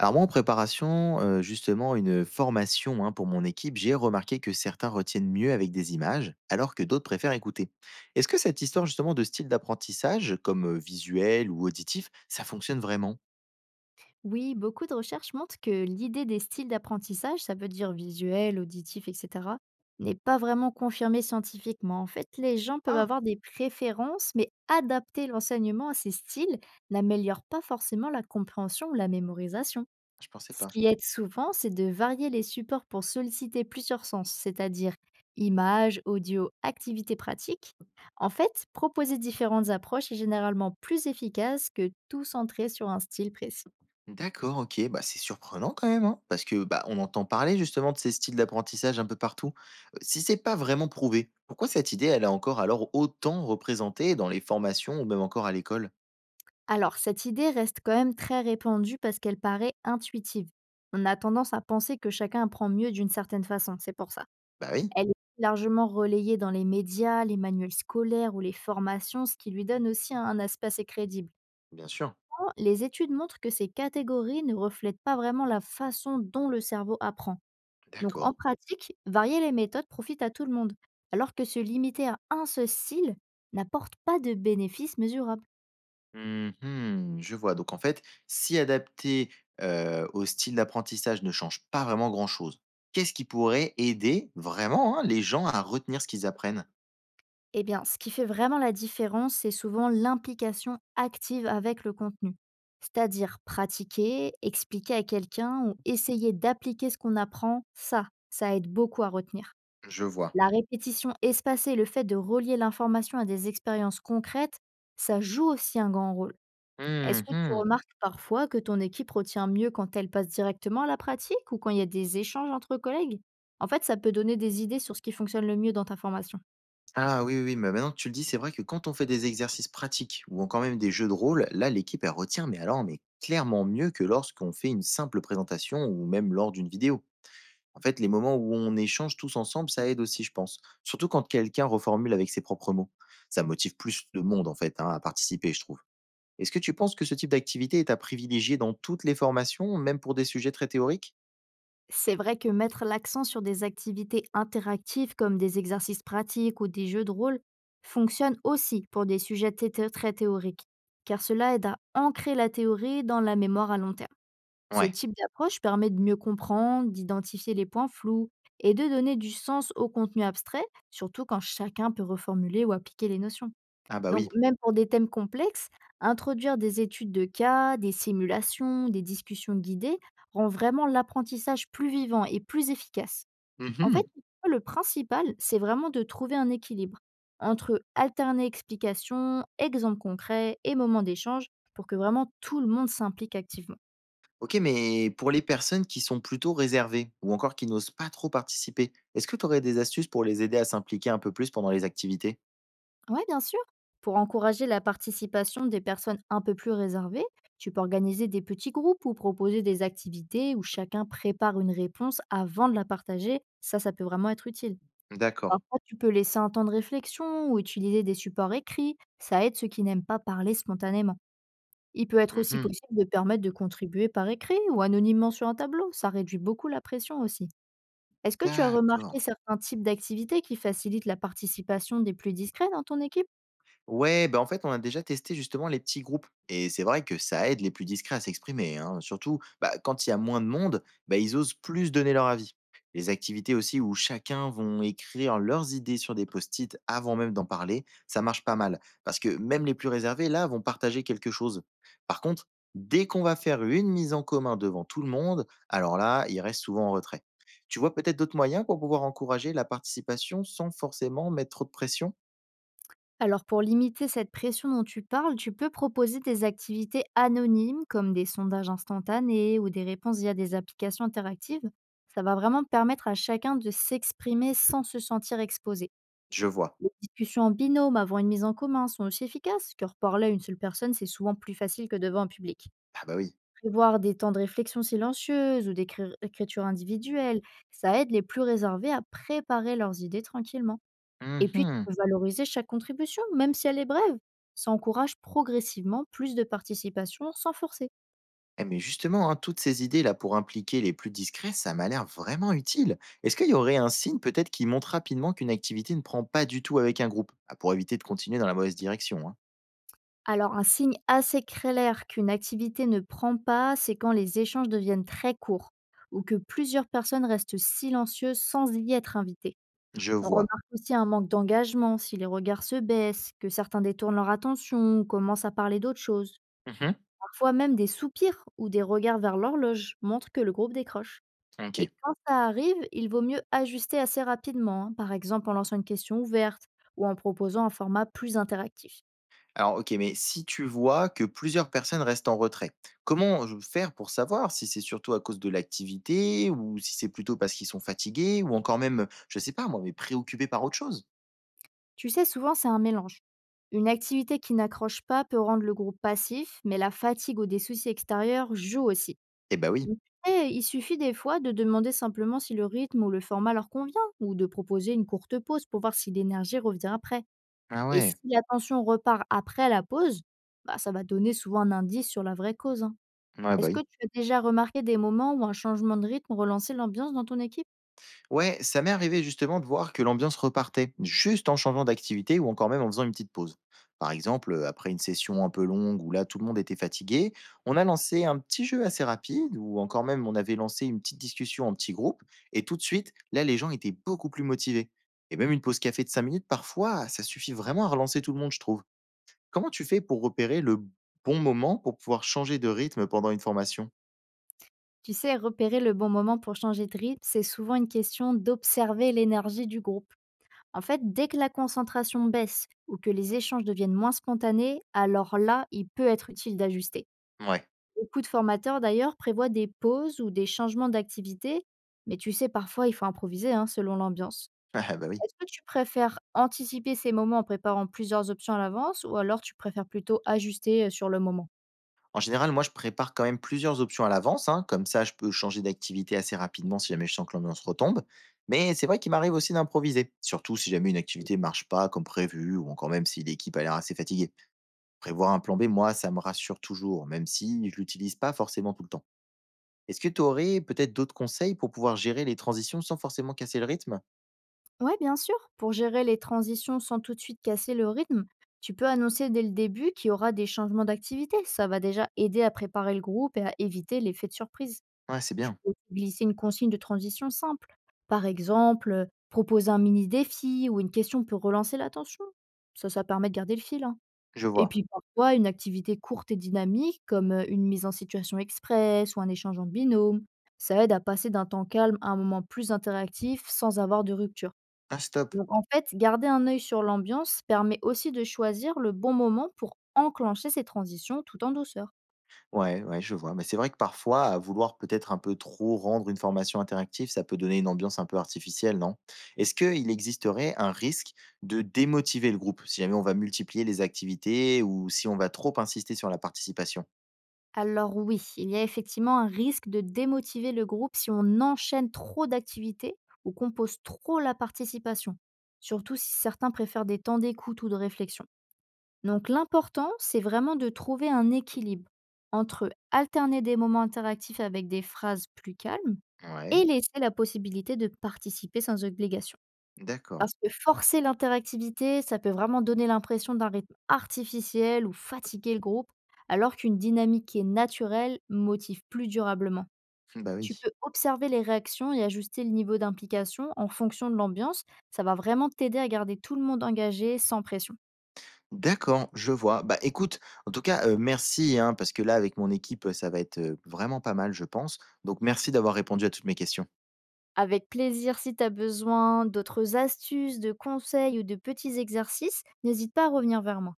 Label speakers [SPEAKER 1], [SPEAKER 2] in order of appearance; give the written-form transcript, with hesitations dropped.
[SPEAKER 1] Alors moi, en préparation, justement une, formation, hein, pour mon équipe, j'ai remarqué que certains retiennent mieux avec des images, alors que d'autres préfèrent écouter. Est-ce que cette histoire justement de style d'apprentissage, comme, visuel ou auditif, ça fonctionne vraiment?
[SPEAKER 2] Oui, beaucoup de recherches montrent que l'idée des styles d'apprentissage, ça veut dire visuel, auditif, etc., n'est pas vraiment confirmée scientifiquement. En fait, les gens peuvent
[SPEAKER 1] Ah!
[SPEAKER 2] avoir des préférences, mais adapter l'enseignement à ces styles n'améliore pas forcément la compréhension ou la mémorisation.
[SPEAKER 1] Je pensais
[SPEAKER 2] Ce
[SPEAKER 1] pas.
[SPEAKER 2] qui aide souvent, c'est de varier les supports pour solliciter plusieurs sens, c'est-à-dire images, audio, activités pratiques. En fait, proposer différentes approches est généralement plus efficace que tout centrer sur un style précis.
[SPEAKER 1] D'accord, OK, bah, c'est surprenant quand même, hein, parce que, bah, on entend parler justement de ces styles d'apprentissage un peu partout. Si c'est pas vraiment prouvé, pourquoi cette idée, elle est encore alors autant représentée dans les formations ou même encore à l'école?
[SPEAKER 2] Alors, cette idée reste quand même très répandue parce qu'elle paraît intuitive. On a tendance à penser que chacun apprend mieux d'une certaine façon, c'est pour ça.
[SPEAKER 1] Bah oui,
[SPEAKER 2] Elle est largement relayée dans les médias, les manuels scolaires ou les formations, ce qui lui donne aussi un aspect assez crédible.
[SPEAKER 1] bien sûr.
[SPEAKER 2] Or, les études montrent que ces catégories ne reflètent pas vraiment la façon dont le cerveau apprend. Donc en
[SPEAKER 1] D'accord.
[SPEAKER 2] pratique, varier les méthodes profite à tout le monde, alors que se limiter à un seul style n'apporte pas de bénéfices mesurables.
[SPEAKER 1] Mmh, je vois. Donc en fait, si adapter, au style d'apprentissage ne change pas vraiment grand-chose, qu'est-ce qui pourrait aider vraiment, hein, les gens à retenir ce qu'ils apprennent?
[SPEAKER 2] Eh bien, ce qui fait vraiment la différence, c'est souvent l'implication active avec le contenu. C'est-à-dire pratiquer, expliquer à quelqu'un ou essayer d'appliquer ce qu'on apprend, ça aide beaucoup à retenir.
[SPEAKER 1] Je vois.
[SPEAKER 2] La répétition espacée et le fait de relier l'information à des expériences concrètes, ça joue aussi un grand rôle. Est-ce que tu
[SPEAKER 1] Mmh.
[SPEAKER 2] remarques parfois que ton équipe retient mieux quand elle passe directement à la pratique ou quand il y a des échanges entre collègues? En fait, ça peut donner des idées sur ce qui fonctionne le mieux dans ta formation.
[SPEAKER 1] Ah oui, oui, oui, mais maintenant que tu le dis, c'est vrai que quand on fait des exercices pratiques ou encore même des jeux de rôle, là, l'équipe, elle retient, mais alors, mais clairement mieux que lorsqu'on fait une simple présentation ou même lors d'une vidéo. En fait, les moments où on échange tous ensemble, ça aide aussi, je pense. Surtout quand quelqu'un reformule avec ses propres mots. Ça motive plus de monde, en fait, hein, à participer, je trouve. Est-ce que tu penses que ce type d'activité est à privilégier dans toutes les formations, même pour des sujets très théoriques?
[SPEAKER 2] C'est vrai que mettre l'accent sur des activités interactives comme des exercices pratiques ou des jeux de rôle fonctionne aussi pour des sujets très théoriques, car cela aide à ancrer la théorie dans la mémoire à long terme. Ce
[SPEAKER 1] Ouais.
[SPEAKER 2] type d'approche permet de mieux comprendre, d'identifier les points flous et de donner du sens au contenu abstrait, surtout quand chacun peut reformuler ou appliquer les notions.
[SPEAKER 1] Ah bah
[SPEAKER 2] Donc
[SPEAKER 1] oui.
[SPEAKER 2] même pour des thèmes complexes, introduire des études de cas, des simulations, des discussions guidées rend vraiment l'apprentissage plus vivant et plus efficace. En fait,
[SPEAKER 1] Mhm.
[SPEAKER 2] le principal, c'est vraiment de trouver un équilibre entre alterner explications, exemples concrets et moments d'échange pour que vraiment tout le monde s'implique activement.
[SPEAKER 1] Ok, mais pour les personnes qui sont plutôt réservées ou encore qui n'osent pas trop participer, est-ce que tu aurais des astuces pour les aider à s'impliquer un peu plus pendant les activités?
[SPEAKER 2] Ouais, bien sûr. Pour encourager la participation des personnes un peu plus réservées, tu peux organiser des petits groupes ou proposer des activités où chacun prépare une réponse avant de la partager. Ça peut vraiment être utile.
[SPEAKER 1] D'accord.
[SPEAKER 2] Parfois, tu peux laisser un temps de réflexion ou utiliser des supports écrits. Ça aide ceux qui n'aiment pas parler spontanément. Il peut être aussi
[SPEAKER 1] Mhm.
[SPEAKER 2] possible de permettre de contribuer par écrit ou anonymement sur un tableau. Ça réduit beaucoup la pression aussi. Est-ce que tu as remarqué
[SPEAKER 1] D'accord.
[SPEAKER 2] certains types d'activités qui facilitent la participation des plus discrets dans ton équipe?
[SPEAKER 1] Ouais, bah, en fait, on a déjà testé justement les petits groupes. Et c'est vrai que ça aide les plus discrets à s'exprimer, hein. Surtout, bah, quand il y a moins de monde, bah, ils osent plus donner leur avis. Les activités aussi où chacun vont écrire leurs idées sur des post-it avant même d'en parler, ça marche pas mal. Parce que même les plus réservés, là, vont partager quelque chose. Par contre, dès qu'on va faire une mise en commun devant tout le monde, alors là, ils restent souvent en retrait. Tu vois peut-être d'autres moyens pour pouvoir encourager la participation sans forcément mettre trop de pression?
[SPEAKER 2] Alors pour limiter cette pression dont tu parles, tu peux proposer des activités anonymes comme des sondages instantanés ou des réponses via des applications interactives. Ça va vraiment permettre à chacun de s'exprimer sans se sentir exposé.
[SPEAKER 1] Je vois.
[SPEAKER 2] Les discussions en binôme avant une mise en commun sont aussi efficaces, car parler à une seule personne, c'est souvent plus facile que devant un public.
[SPEAKER 1] Ah bah oui.
[SPEAKER 2] Prévoir des temps de réflexion silencieuse ou d'écriture individuelle, ça aide les plus réservés à préparer leurs idées tranquillement. Et puis tu
[SPEAKER 1] Mhm.
[SPEAKER 2] peux valoriser chaque contribution, même si elle est brève. Ça encourage progressivement plus de participation sans forcer.
[SPEAKER 1] Eh mais justement, hein, toutes ces idées-là pour impliquer les plus discrets, ça m'a l'air vraiment utile. Est-ce qu'il y aurait un signe peut-être qui montre rapidement qu'une activité ne prend pas du tout avec un groupe? Ah, pour éviter de continuer dans la mauvaise direction, hein.
[SPEAKER 2] Alors un signe assez clair qu'une activité ne prend pas, c'est quand les échanges deviennent très courts ou que plusieurs personnes restent silencieuses sans y être invitées.
[SPEAKER 1] Je
[SPEAKER 2] On
[SPEAKER 1] vois.
[SPEAKER 2] remarque aussi un manque d'engagement si les regards se baissent, que certains détournent leur attention ou commencent à parler d'autre chose.
[SPEAKER 1] Mhm.
[SPEAKER 2] Parfois même des soupirs ou des regards vers l'horloge montrent que le groupe décroche. Et
[SPEAKER 1] OK.
[SPEAKER 2] quand ça arrive, il vaut mieux ajuster assez rapidement, hein, par exemple en lançant une question ouverte ou en proposant un format plus interactif.
[SPEAKER 1] Alors OK, mais si tu vois que plusieurs personnes restent en retrait, comment je faire pour savoir si c'est surtout à cause de l'activité ou si c'est plutôt parce qu'ils sont fatigués ou encore même, je sais pas moi, mais préoccupés par autre chose?
[SPEAKER 2] Tu sais, souvent c'est un mélange. Une activité qui n'accroche pas peut rendre le groupe passif, mais la fatigue ou des soucis extérieurs jouent aussi.
[SPEAKER 1] Eh bah oui.
[SPEAKER 2] Donc, et il suffit des fois de demander simplement si le rythme ou le format leur convient, ou de proposer une courte pause pour voir si l'énergie revient après.
[SPEAKER 1] Ah
[SPEAKER 2] Et si
[SPEAKER 1] ouais.
[SPEAKER 2] la tension repart après la pause, bah, ça va donner souvent un indice sur la vraie cause, hein.
[SPEAKER 1] Ouais, bah
[SPEAKER 2] Est-ce
[SPEAKER 1] oui.
[SPEAKER 2] que tu as déjà remarqué des moments où un changement de rythme relançait l'ambiance dans ton équipe?
[SPEAKER 1] Ouais, ça m'est arrivé justement de voir que l'ambiance repartait, juste en changeant d'activité ou encore même en faisant une petite pause. Par exemple, après une session un peu longue où là tout le monde était fatigué, on a lancé un petit jeu assez rapide ou encore même on avait lancé une petite discussion en petit groupe et tout de suite, là les gens étaient beaucoup plus motivés. Et même une pause café de 5 minutes, parfois, ça suffit vraiment à relancer tout le monde, je trouve. Comment tu fais pour repérer le bon moment pour pouvoir changer de rythme pendant une formation?
[SPEAKER 2] Tu sais, repérer le bon moment pour changer de rythme, c'est souvent une question d'observer l'énergie du groupe. En fait, dès que la concentration baisse ou que les échanges deviennent moins spontanés, alors là, il peut être utile d'ajuster.
[SPEAKER 1] Ouais,
[SPEAKER 2] Beaucoup de formateurs, d'ailleurs, prévoient des pauses ou des changements d'activité, mais tu sais, parfois, il faut improviser, hein, selon l'ambiance.
[SPEAKER 1] ah bah oui.
[SPEAKER 2] Est-ce que tu préfères anticiper ces moments en préparant plusieurs options à l'avance ou alors tu préfères plutôt ajuster sur le moment?
[SPEAKER 1] En général, moi, je prépare quand même plusieurs options à l'avance, hein, comme ça je peux changer d'activité assez rapidement si jamais je sens que l'ambiance retombe. Mais c'est vrai qu'il m'arrive aussi d'improviser, surtout si jamais une activité ne marche pas comme prévu ou encore même si l'équipe a l'air assez fatiguée. Prévoir un plan B, moi, ça me rassure toujours, même si je l'utilise pas forcément tout le temps. Est-ce que tu aurais peut-être d'autres conseils pour pouvoir gérer les transitions sans forcément casser le rythme?
[SPEAKER 2] Ouais, bien sûr. Pour gérer les transitions sans tout de suite casser le rythme, tu peux annoncer dès le début qu'il y aura des changements d'activité. Ça va déjà aider à préparer le groupe et à éviter l'effet de surprise.
[SPEAKER 1] Ouais, c'est
[SPEAKER 2] Tu
[SPEAKER 1] bien.
[SPEAKER 2] peux aussi glisser une consigne de transition simple. Par exemple, proposer un mini défi ou une question pour relancer l'attention. Ça permet de garder le fil, hein.
[SPEAKER 1] Je
[SPEAKER 2] Et
[SPEAKER 1] vois.
[SPEAKER 2] puis parfois, une activité courte et dynamique, comme une mise en situation express ou un échange en binôme, ça aide à passer d'un temps calme à un moment plus interactif sans avoir de rupture.
[SPEAKER 1] Ah, stop.
[SPEAKER 2] Donc en fait, garder un œil sur l'ambiance permet aussi de choisir le bon moment pour enclencher ces transitions tout en douceur.
[SPEAKER 1] Ouais, ouais, je vois. Mais c'est vrai que parfois, à vouloir peut-être un peu trop rendre une formation interactive, ça peut donner une ambiance un peu artificielle, non? Est-ce qu'il existerait un risque de démotiver le groupe si jamais on va multiplier les activités ou si on va trop insister sur la participation?
[SPEAKER 2] Alors oui, il y a effectivement un risque de démotiver le groupe si on enchaîne trop d'activités ou qu'on pose trop la participation, surtout si certains préfèrent des temps d'écoute ou de réflexion. Donc l'important, c'est vraiment de trouver un équilibre entre alterner des moments interactifs avec des phrases plus calmes
[SPEAKER 1] Ouais,
[SPEAKER 2] et laisser la possibilité de participer sans obligation.
[SPEAKER 1] d'accord.
[SPEAKER 2] Parce que forcer l'interactivité, ça peut vraiment donner l'impression d'un rythme artificiel ou fatiguer le groupe, alors qu'une dynamique qui est naturelle motive plus durablement.
[SPEAKER 1] Bah
[SPEAKER 2] Tu
[SPEAKER 1] oui.
[SPEAKER 2] peux observer les réactions et ajuster le niveau d'implication en fonction de l'ambiance. Ça va vraiment t'aider à garder tout le monde engagé sans pression.
[SPEAKER 1] D'accord, je vois. Bah écoute, en tout cas, merci, hein, parce que là, avec mon équipe, ça va être vraiment pas mal, je pense. Donc merci d'avoir répondu à toutes mes questions.
[SPEAKER 2] Avec plaisir, si tu as besoin d'autres astuces, de conseils ou de petits exercices, n'hésite pas à revenir vers moi.